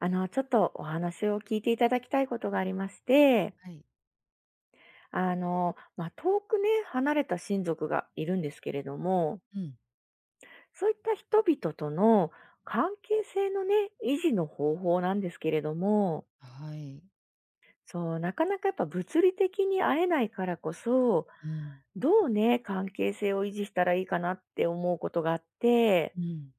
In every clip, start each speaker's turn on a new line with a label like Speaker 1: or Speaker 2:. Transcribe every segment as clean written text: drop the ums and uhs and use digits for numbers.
Speaker 1: ちょっとお話を聞いていただきたいことがありまして、
Speaker 2: はい。
Speaker 1: 遠くね、離れた親族がいるんですけれども、
Speaker 2: うん。
Speaker 1: そういった人々との関係性のね、維持の方法なんですけれども、
Speaker 2: はい。
Speaker 1: そう、なかなかやっぱ物理的に会えないからこそ、
Speaker 2: うん。
Speaker 1: どうね、関係性を維持したらいいかなって思うことがあって、
Speaker 2: うん。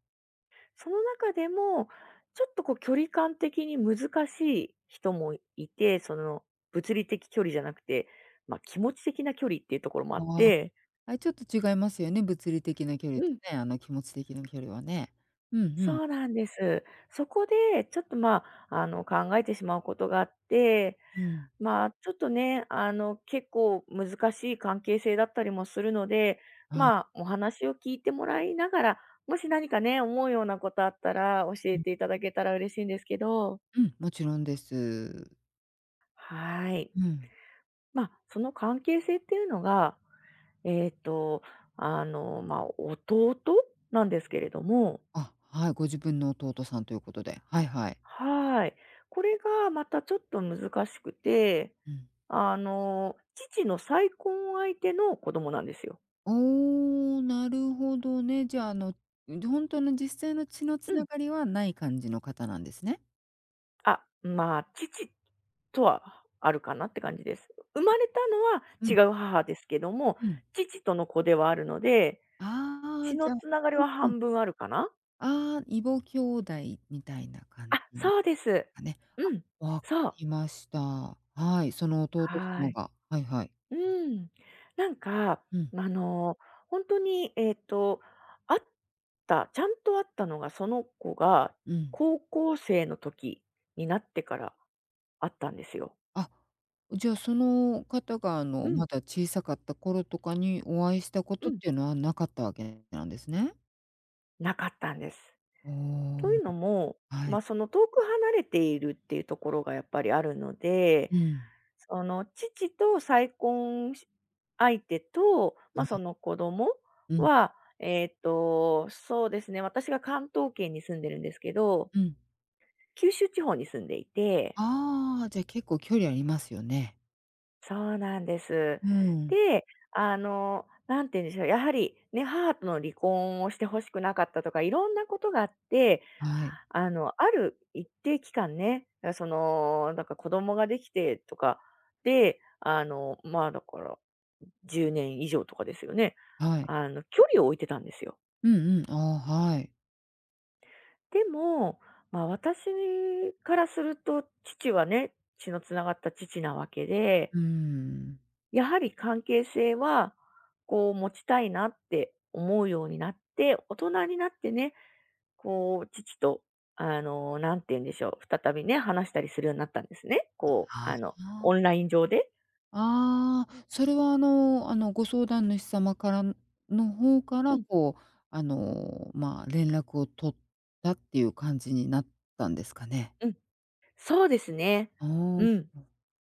Speaker 1: その中でも、ちょっとこう距離感的に難しい人もいて、その物理的距離じゃなくて、ま、気持ち的な距離っていうところもあっ
Speaker 2: ああ、
Speaker 1: て、
Speaker 2: あれちょっと違いますよね、物理的な距離
Speaker 1: う
Speaker 2: と
Speaker 1: ん、
Speaker 2: ね、あの気持ち的な距離はね。うんうん。
Speaker 1: そうなんです。そこでちょっと、考えてしまうことがあって、
Speaker 2: うん。
Speaker 1: まあ、ちょっとね、結構難しい関係性だったりもするので、
Speaker 2: はい。
Speaker 1: まあ、お話を聞いてもらいながら、もし何かね、思うようなことあったら教え
Speaker 2: うん、
Speaker 1: ていただけたら嬉しいんですけど。
Speaker 2: うん、もちろんです。
Speaker 1: はい。
Speaker 2: うん。
Speaker 1: まあ、その関係性っていうのが、えっと、まあ、弟なんですけれども、
Speaker 2: あ、はい、ご自分の弟さんということで。はいはい。
Speaker 1: はい。これがまたちょっと難しくて、
Speaker 2: うん。
Speaker 1: あの、父の再婚相手の子供なんですよ。
Speaker 2: おお、なるほどね。じゃあ、ほんとの実際の血のつ
Speaker 1: う
Speaker 2: な
Speaker 1: ん。
Speaker 2: がりはない感じの方なんですね。
Speaker 1: あ、まあ、父とはあるかなって感じです。生まれたのは
Speaker 2: うん、
Speaker 1: 違う母ですけども、
Speaker 2: うん。
Speaker 1: 父との子ではあるので、
Speaker 2: ああ、
Speaker 1: 血
Speaker 2: じ
Speaker 1: の
Speaker 2: ゃあ
Speaker 1: つながり
Speaker 2: うん
Speaker 1: は
Speaker 2: うん。
Speaker 1: 半分あるかな。
Speaker 2: ああ、異母兄弟みたいな感
Speaker 1: あ、
Speaker 2: じで
Speaker 1: そうです。
Speaker 2: すかね。
Speaker 1: うん、
Speaker 2: わか
Speaker 1: そう。
Speaker 2: りました。はい、その弟
Speaker 1: は
Speaker 2: 様
Speaker 1: い。
Speaker 2: がはいはい。
Speaker 1: うん。なんか、
Speaker 2: うん、
Speaker 1: あの、本当に、あったちゃんと会ったのが、その子が
Speaker 2: うん。
Speaker 1: 高校生の時になってから会ったんですよ。
Speaker 2: あ、じゃあ、その方が、
Speaker 1: うん、
Speaker 2: まだ小さかった頃とかにお会いしたこ
Speaker 1: う
Speaker 2: とっ
Speaker 1: ん。
Speaker 2: ていうのはなかったわけなんですね。
Speaker 1: なかったんです。
Speaker 2: おお、
Speaker 1: というのも、
Speaker 2: は
Speaker 1: ま
Speaker 2: い。
Speaker 1: あ、その、遠く離れているっていうところがやっぱりあるので、
Speaker 2: うん。
Speaker 1: その父と再婚し相手と、ま
Speaker 2: は
Speaker 1: あ、そ
Speaker 2: い。
Speaker 1: の子供
Speaker 2: うん、
Speaker 1: は、そうですね、私が関東圏に住んでるんですけど、
Speaker 2: うん。
Speaker 1: 九州地方に住んでいて、
Speaker 2: ああ、じゃあ、結構距離ありますよね。
Speaker 1: そうなんです。
Speaker 2: うん。
Speaker 1: で、なんて言うんでしょう、やはりね、母との離婚をして欲しくなかったとか、いろんなことがあって、
Speaker 2: はい、
Speaker 1: ある一定期間ね、だからその、なんか子供ができてとかで、まあ、だから、10年以上とかですよね。
Speaker 2: はい。
Speaker 1: 距離を置いてたんですよ。
Speaker 2: うんうん、ああ、はい。
Speaker 1: でも、まあ、私からすると、父はね、血のつながった父なわけで、
Speaker 2: うーん。
Speaker 1: やはり関係性は、こう、持ちたいなって思うようになって、大人になってね、こう、父と、なんて言うんでしょう、再びね、話したりするようになったんですね。こう、
Speaker 2: あ
Speaker 1: オ
Speaker 2: あ。
Speaker 1: ンライン上で。
Speaker 2: ああ、それはご相談主様からの方か
Speaker 1: う
Speaker 2: ら、
Speaker 1: ん、
Speaker 2: こう、まあ、連絡を取ったっていう感じになったんですかね。
Speaker 1: うん。そうですね。
Speaker 2: あ
Speaker 1: うん、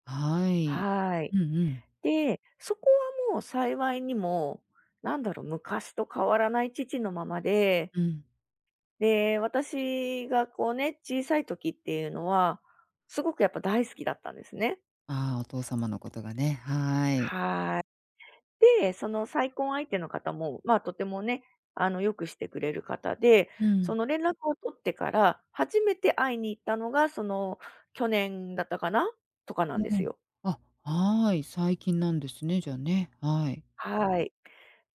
Speaker 2: あ、はい。
Speaker 1: はい。
Speaker 2: うんうん、
Speaker 1: で、そこはもう幸いにも、なんだろう、昔と変わらない父のままで、
Speaker 2: うん。
Speaker 1: で、私がこうね、小さい時っていうのは、すごくやっぱ大好きだったんですね。
Speaker 2: ああ、お父様のことがね、はい。
Speaker 1: はい。で、その再婚相手の方も、まあ、とてもね、よくしてくれる方で、
Speaker 2: う
Speaker 1: そ
Speaker 2: ん、
Speaker 1: の連絡を取ってから、初めて会いに行ったのが、その、去年だったかなとかなんで
Speaker 2: う
Speaker 1: す
Speaker 2: ん。
Speaker 1: よ。
Speaker 2: あ、はい、最近なんですね、じゃあね、はい。
Speaker 1: はい。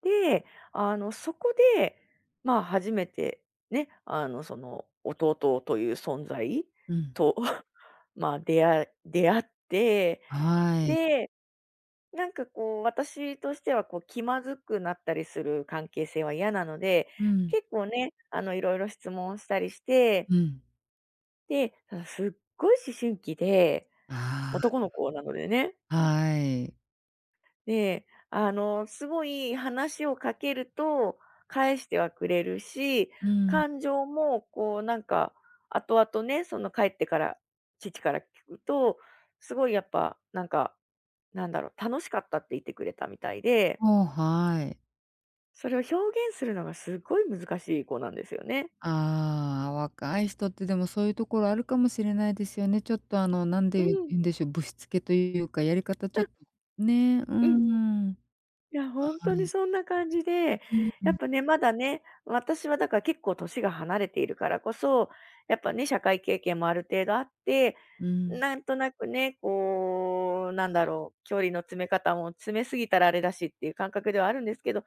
Speaker 1: で、そこで、まあ、初めてね、その、弟という存在
Speaker 2: うん、
Speaker 1: と、まあ、出会って、
Speaker 2: はい。
Speaker 1: で、なんかこう、私としてはこう気まずくなったりする関係性は嫌なので、
Speaker 2: うん、
Speaker 1: 結構ね、いろいろ質問したりして、
Speaker 2: うん。
Speaker 1: で、ただすっごい思春期で、
Speaker 2: あ
Speaker 1: 男の子なのでね。
Speaker 2: あ、はい。
Speaker 1: で、すごい話をかけると返してはくれるし、
Speaker 2: うん、
Speaker 1: 感情もこうなんか、後々ね、その帰ってから、父から聞くと、すごいやっぱ、なんか、なんだろう、楽しかったって言ってくれたみたいで、
Speaker 2: おはい。
Speaker 1: それを表現するのがすごい難しい子なんですよね。
Speaker 2: ああ、若い人ってでもそういうところあるかもしれないですよね。ちょっとなん
Speaker 1: う
Speaker 2: で言
Speaker 1: ん、
Speaker 2: うんでしょう、ぶしつけというか、やり方ちょっとね、う
Speaker 1: うん。
Speaker 2: ん。
Speaker 1: いや、本当
Speaker 2: は
Speaker 1: に
Speaker 2: い。
Speaker 1: そんな感じで、
Speaker 2: うん
Speaker 1: や
Speaker 2: う
Speaker 1: っ
Speaker 2: ん。
Speaker 1: ぱね、まだね、私はだから結構年が離れているからこそ、やっぱね、社会経験もある程度あって、
Speaker 2: うん。
Speaker 1: なんとなくね、こう、なんだろう、距離の詰め方も詰めすぎたらあれだしっていう感覚ではあるんですけど、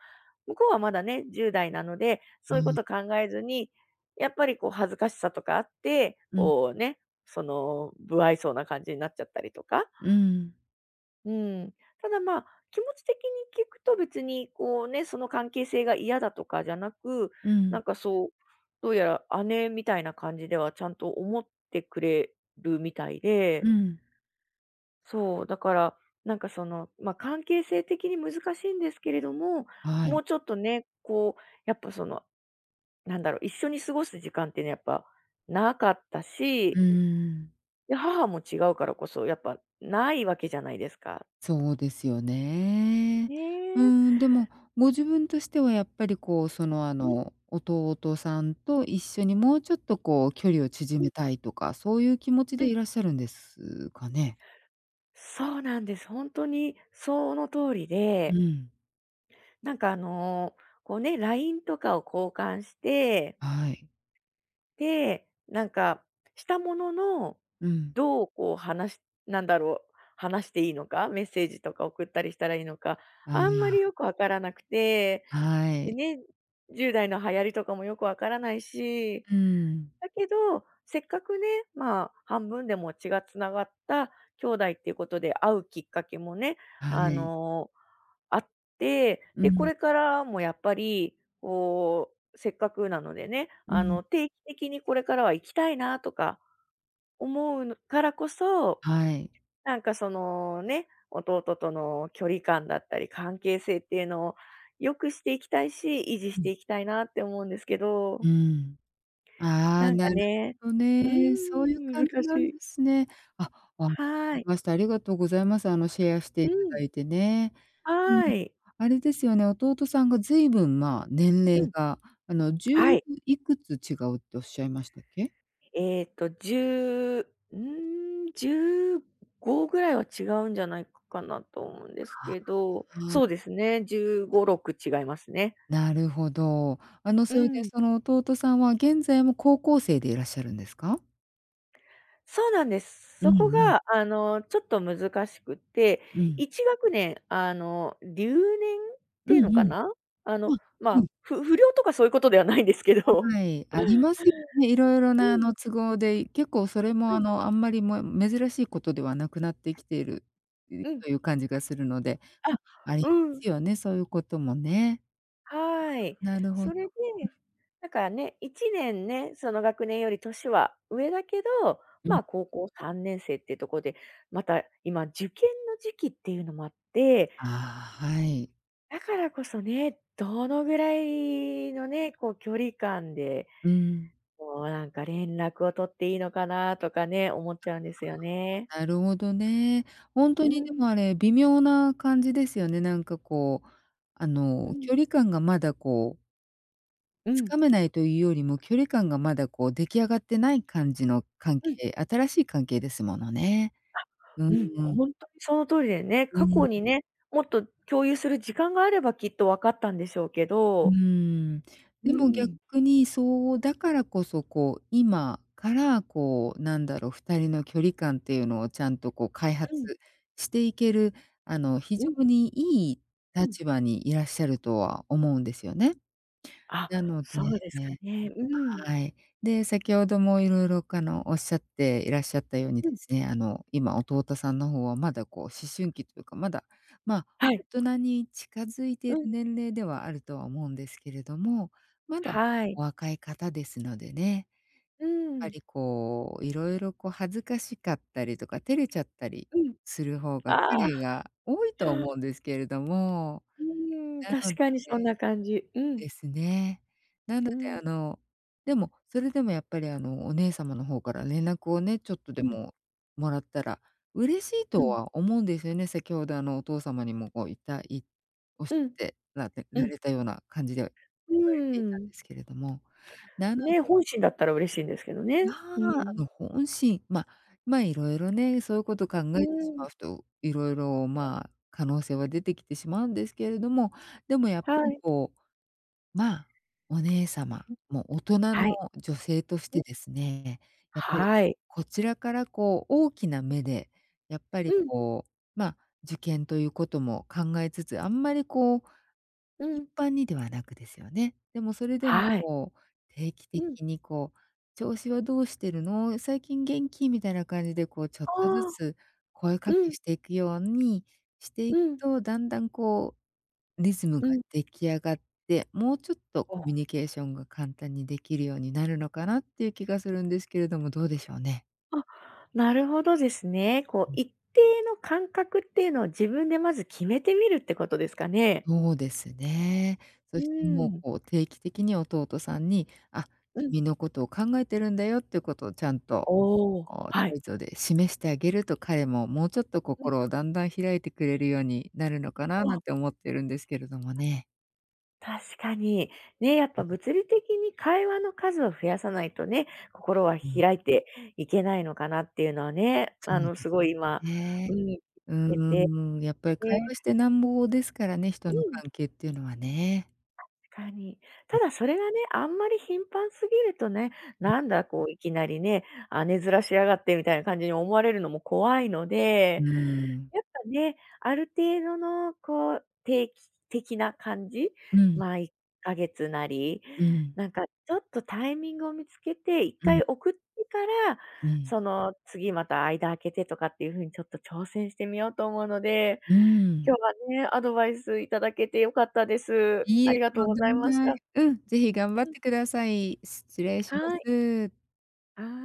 Speaker 1: 向こうはまだね、10代なので、そう
Speaker 2: は
Speaker 1: いうこ
Speaker 2: い。
Speaker 1: と考えずに、やっぱりこう恥ずかしさとかあって、
Speaker 2: うん。
Speaker 1: こうね、その、無愛想な感じになっちゃったりとか、
Speaker 2: うん。
Speaker 1: うん。ただまあ、気持ち的に聞くと別にこうね、その関係性が嫌だとかじゃなく、
Speaker 2: う
Speaker 1: な
Speaker 2: ん。
Speaker 1: んかそう、どうやら姉みたいな感じではちゃんと思ってくれるみたい
Speaker 2: う
Speaker 1: で、
Speaker 2: ん。
Speaker 1: そう、だから、なんかその、まあ関係性的に難しいんですけれども、
Speaker 2: は
Speaker 1: も
Speaker 2: い。
Speaker 1: うちょっとね、こう、やっぱその、なんだろう、一緒に過ごす時間ってね、やっぱなかった
Speaker 2: うー
Speaker 1: し、
Speaker 2: ん。
Speaker 1: で母も違うからこそ、やっぱないわけじゃないですか。
Speaker 2: そうですよね。
Speaker 1: ね
Speaker 2: うー
Speaker 1: え。
Speaker 2: ん、でも、ご自分としてはやっぱりこう、
Speaker 1: うん、
Speaker 2: 弟さんと一緒にもうちょっとこう、距離を縮
Speaker 1: うん、うん。
Speaker 2: めたいとか、そういう気持ちでいらっしゃるんですかね？
Speaker 1: そうなんです。本当にその通り
Speaker 2: う
Speaker 1: で、
Speaker 2: ん、
Speaker 1: なんかあの、こうね、LINE とかを交換して、
Speaker 2: はい。
Speaker 1: で、なんかしたものの、
Speaker 2: うん。
Speaker 1: どうこう話しなんだろう、話していいのか、メッセージとか送ったりしたらいいのか、
Speaker 2: あ
Speaker 1: あんまりよくわからなくて、
Speaker 2: あ、は
Speaker 1: で
Speaker 2: い。
Speaker 1: ね、10代の流行りとかもよくわからないし、
Speaker 2: うん。
Speaker 1: だけど、せっかくね、まあ、半分でも血がつながった兄弟っていうことで会うきっかけもね、
Speaker 2: は
Speaker 1: あ
Speaker 2: い。
Speaker 1: の、あって、
Speaker 2: う
Speaker 1: で、こ
Speaker 2: ん、
Speaker 1: れからもやっぱり、こう、せっかくなのでね、
Speaker 2: うん。
Speaker 1: 定期的にこれからは行きたいなとか思うのからこそ、
Speaker 2: はい。
Speaker 1: なんかそのね、弟との距離感だったり、関係性っていうのを良くしていきたいし、維持し
Speaker 2: うん。
Speaker 1: ていきたいなって思うんですけ
Speaker 2: う
Speaker 1: ど。
Speaker 2: ん。ああ、
Speaker 1: なんか
Speaker 2: なる
Speaker 1: ね、
Speaker 2: ほど
Speaker 1: うー
Speaker 2: ね。そういう
Speaker 1: ん、
Speaker 2: 感
Speaker 1: 難
Speaker 2: じ
Speaker 1: し
Speaker 2: なんで
Speaker 1: い。
Speaker 2: すね。あ、わか
Speaker 1: は
Speaker 2: り
Speaker 1: い。
Speaker 2: ました。ありがとうございます。シェアして
Speaker 1: う
Speaker 2: いた
Speaker 1: ん。
Speaker 2: だいてね。うん。
Speaker 1: はい。
Speaker 2: あれですよね、弟さんがずいぶん、まあ、年齢
Speaker 1: うん。
Speaker 2: が、1
Speaker 1: はい。
Speaker 2: いくつ違うっておっしゃいましたっけ？
Speaker 1: えっと、10、うーん、15ぐらいは違うんじゃないかなと思うんです
Speaker 2: あ
Speaker 1: けど、そう
Speaker 2: あ。
Speaker 1: ですね、15、6違いますね。
Speaker 2: なるほど。
Speaker 1: う
Speaker 2: それで
Speaker 1: ん。
Speaker 2: その弟さんは現在も高校生でいらっしゃるんですか？
Speaker 1: そうなんです。
Speaker 2: う
Speaker 1: そこ
Speaker 2: んうん。
Speaker 1: が、ちょっと難しくて、
Speaker 2: うん。
Speaker 1: 1学年、留年って
Speaker 2: う
Speaker 1: いう
Speaker 2: ん
Speaker 1: の
Speaker 2: う
Speaker 1: か
Speaker 2: ん。
Speaker 1: な？
Speaker 2: ま、
Speaker 1: ま
Speaker 2: う
Speaker 1: あ、不良とかそういうことではないんですけど。
Speaker 2: ん、はい、ありますよね。いろいろ
Speaker 1: う
Speaker 2: な
Speaker 1: ん、
Speaker 2: 都合で、結構それも
Speaker 1: うん、
Speaker 2: あんまりも珍しいことではなくなってきている、
Speaker 1: うん。
Speaker 2: という感じがするので、う
Speaker 1: あ、
Speaker 2: ん、ありま
Speaker 1: うん、
Speaker 2: すよね、そういうこともね。
Speaker 1: はい。
Speaker 2: なるほ
Speaker 1: そ
Speaker 2: ど。
Speaker 1: れで、なんかね、1年ね、その学年より年は上だけど、
Speaker 2: う
Speaker 1: ま
Speaker 2: ん。
Speaker 1: あ、高校3年生っていうところで、また今受験の時期っていうのもあって、
Speaker 2: ああ、はい。
Speaker 1: だからこそね、どのぐらいのね、こう距離感で、
Speaker 2: うん。
Speaker 1: こうなんか連絡を取っていいのかなとかね、思っちゃうんですよね。
Speaker 2: なるほどね。ほんと
Speaker 1: う
Speaker 2: にで
Speaker 1: ん、
Speaker 2: もあれ、微妙な感じですよね。なんかこう、
Speaker 1: うん、
Speaker 2: 距離感がまだこう、
Speaker 1: うん、
Speaker 2: 掴めないというよりも、距離感がまだこう出来上がってない感じの
Speaker 1: うん。
Speaker 2: 新しい関係ですものね。う
Speaker 1: う
Speaker 2: ん
Speaker 1: ん、
Speaker 2: うん。
Speaker 1: ほんとにその通りでね、
Speaker 2: う
Speaker 1: 過
Speaker 2: ん。
Speaker 1: 去にね、もっと共有する時間があればきっと分かったんでしょうけ
Speaker 2: うー
Speaker 1: ど、
Speaker 2: ん。
Speaker 1: う
Speaker 2: でも
Speaker 1: ん。
Speaker 2: 逆に、そうだからこそ、こう、今から、こう、なんだろう、2人の距離感っていうのをちゃんと、こう、開
Speaker 1: う
Speaker 2: 発
Speaker 1: ん、
Speaker 2: していける、非
Speaker 1: うん、
Speaker 2: 常にいい
Speaker 1: うん。
Speaker 2: 立場にいらっしゃるとは思うんですよね。
Speaker 1: あ、
Speaker 2: なので
Speaker 1: そうですかね。うん。
Speaker 2: はい。で、先ほどもいろかの、おっしゃっていらっしゃったように
Speaker 1: う
Speaker 2: で
Speaker 1: ん、
Speaker 2: すね、今弟さんの方はまだこう思春期というか、まだ、ま、
Speaker 1: はい。
Speaker 2: 大人に近づいてい
Speaker 1: うん、
Speaker 2: る年齢ではあるとは思うんですけれども、まだ
Speaker 1: はい。
Speaker 2: お若い方ですのでね、
Speaker 1: う
Speaker 2: やっぱ
Speaker 1: ん、
Speaker 2: りこう、いろいろこう恥ずかしかったりとか、照れちゃったり
Speaker 1: う
Speaker 2: する方が
Speaker 1: ん。ああ、
Speaker 2: 彼が多いと思うんですけれども、
Speaker 1: うーん、
Speaker 2: な
Speaker 1: 確
Speaker 2: の
Speaker 1: かにそんな感じ。うん、
Speaker 2: ですね。なの
Speaker 1: う
Speaker 2: で
Speaker 1: ん、
Speaker 2: でも、それでもやっぱりお姉様の方から連絡をね、ちょっとで
Speaker 1: うん、
Speaker 2: ももらったら嬉しい
Speaker 1: う
Speaker 2: と
Speaker 1: ん、
Speaker 2: は思うんですよね。先ほどお父様にもこういたいおっし
Speaker 1: う
Speaker 2: ゃっ
Speaker 1: ん、
Speaker 2: てられ
Speaker 1: う
Speaker 2: ら
Speaker 1: ん、
Speaker 2: れたような感じで言
Speaker 1: う
Speaker 2: われていたん
Speaker 1: ーん。
Speaker 2: ですけれども。なの
Speaker 1: ね、
Speaker 2: で、
Speaker 1: 本心だったら嬉しいんですけどね。
Speaker 2: まあ、
Speaker 1: うん。
Speaker 2: 本心、ま、いろいろね、そういうこと考
Speaker 1: う
Speaker 2: えてし
Speaker 1: ーん。
Speaker 2: まうと、いろいろ、
Speaker 1: うん、
Speaker 2: まあ、可能性は出てきてしまうんですけれども、でもやっぱ
Speaker 1: は
Speaker 2: り
Speaker 1: い。
Speaker 2: こうまあ、お姉様、
Speaker 1: うん、
Speaker 2: もう大人の
Speaker 1: はい。
Speaker 2: 女性とし
Speaker 1: うん、
Speaker 2: てですね、やっぱり
Speaker 1: はい。
Speaker 2: こちらからこう大きな目で、やっぱ
Speaker 1: う
Speaker 2: り
Speaker 1: ん、
Speaker 2: こう、まあ、受験ということも考えつつ、あんまりこう
Speaker 1: う
Speaker 2: 一
Speaker 1: ん。
Speaker 2: 般にではなくですよね。でもそれでも
Speaker 1: はい。
Speaker 2: こう、定期
Speaker 1: うん。
Speaker 2: 的にこう「調子はどうしてるの？最近元気？」みたいな感じでこうちょ
Speaker 1: あ
Speaker 2: っとず
Speaker 1: あ。
Speaker 2: つ声か
Speaker 1: う
Speaker 2: け
Speaker 1: ん、
Speaker 2: していくようにしてい
Speaker 1: う
Speaker 2: く
Speaker 1: ん。
Speaker 2: と、だんだんこうリズムが
Speaker 1: うん。
Speaker 2: 出来上がって、もうちょっとコ
Speaker 1: お。
Speaker 2: ミュニケーションが簡単にできるようになるのかなっていう気がするんですけれども、どうでしょうね？
Speaker 1: あ、なるほどですね。こう
Speaker 2: うん。
Speaker 1: 一定の間隔っていうのを自分でまず決めてみるってことですかね？
Speaker 2: そうですね。
Speaker 1: う
Speaker 2: そして
Speaker 1: ー
Speaker 2: もう、
Speaker 1: ん、
Speaker 2: こう、定期的に弟さんに、
Speaker 1: うん。
Speaker 2: 君のことを考えてるんだよっていうことをちゃんと、
Speaker 1: おお、は
Speaker 2: 態
Speaker 1: い。
Speaker 2: 度で示してあげると、彼ももうちょっと
Speaker 1: うん。
Speaker 2: 心をだんだん開いてくれるようになるのかななんて
Speaker 1: あ、
Speaker 2: 思ってるんですけれどもね。
Speaker 1: 確かに。ね、やっぱ
Speaker 2: う
Speaker 1: 物理的に会話の数を増やさないとね、心は
Speaker 2: ん、うん。
Speaker 1: 開いていけないのかなっていうのはね、
Speaker 2: そうで
Speaker 1: す
Speaker 2: す
Speaker 1: ごい今、
Speaker 2: ね。
Speaker 1: うん、
Speaker 2: う
Speaker 1: えて、
Speaker 2: ーん、やっぱり会話し
Speaker 1: で、
Speaker 2: てなんぼですからね、人
Speaker 1: う
Speaker 2: の
Speaker 1: ん。
Speaker 2: 関係っていうのはね。
Speaker 1: 確かに。た
Speaker 2: う
Speaker 1: だそれがね、あんまり頻繁すぎるとね、
Speaker 2: ん、
Speaker 1: なんだこういきなりね、あ、根ずらしやがってみたいな感じに思われるのも怖いので、
Speaker 2: うん。
Speaker 1: やっぱね、ある程度のこう、定期的な感じ、
Speaker 2: うん、
Speaker 1: まあ、1ヶ月なり、
Speaker 2: うん、
Speaker 1: なんかちょっとタイミングを見つけて、1
Speaker 2: うん、
Speaker 1: 回送ってから、
Speaker 2: う
Speaker 1: その次また間空けてとかっていう風にちょっと挑戦してみようと思うので、
Speaker 2: ん。
Speaker 1: 今日はね、アドバイスいただけて良かったです。
Speaker 2: い
Speaker 1: あ
Speaker 2: いえ、
Speaker 1: りが
Speaker 2: と
Speaker 1: とう
Speaker 2: ん
Speaker 1: ご
Speaker 2: で
Speaker 1: ざい
Speaker 2: も
Speaker 1: まし
Speaker 2: ない。
Speaker 1: た。
Speaker 2: うん、ぜひ頑張っ
Speaker 1: うん、
Speaker 2: てください。失礼しま
Speaker 1: はい。
Speaker 2: す。
Speaker 1: はい。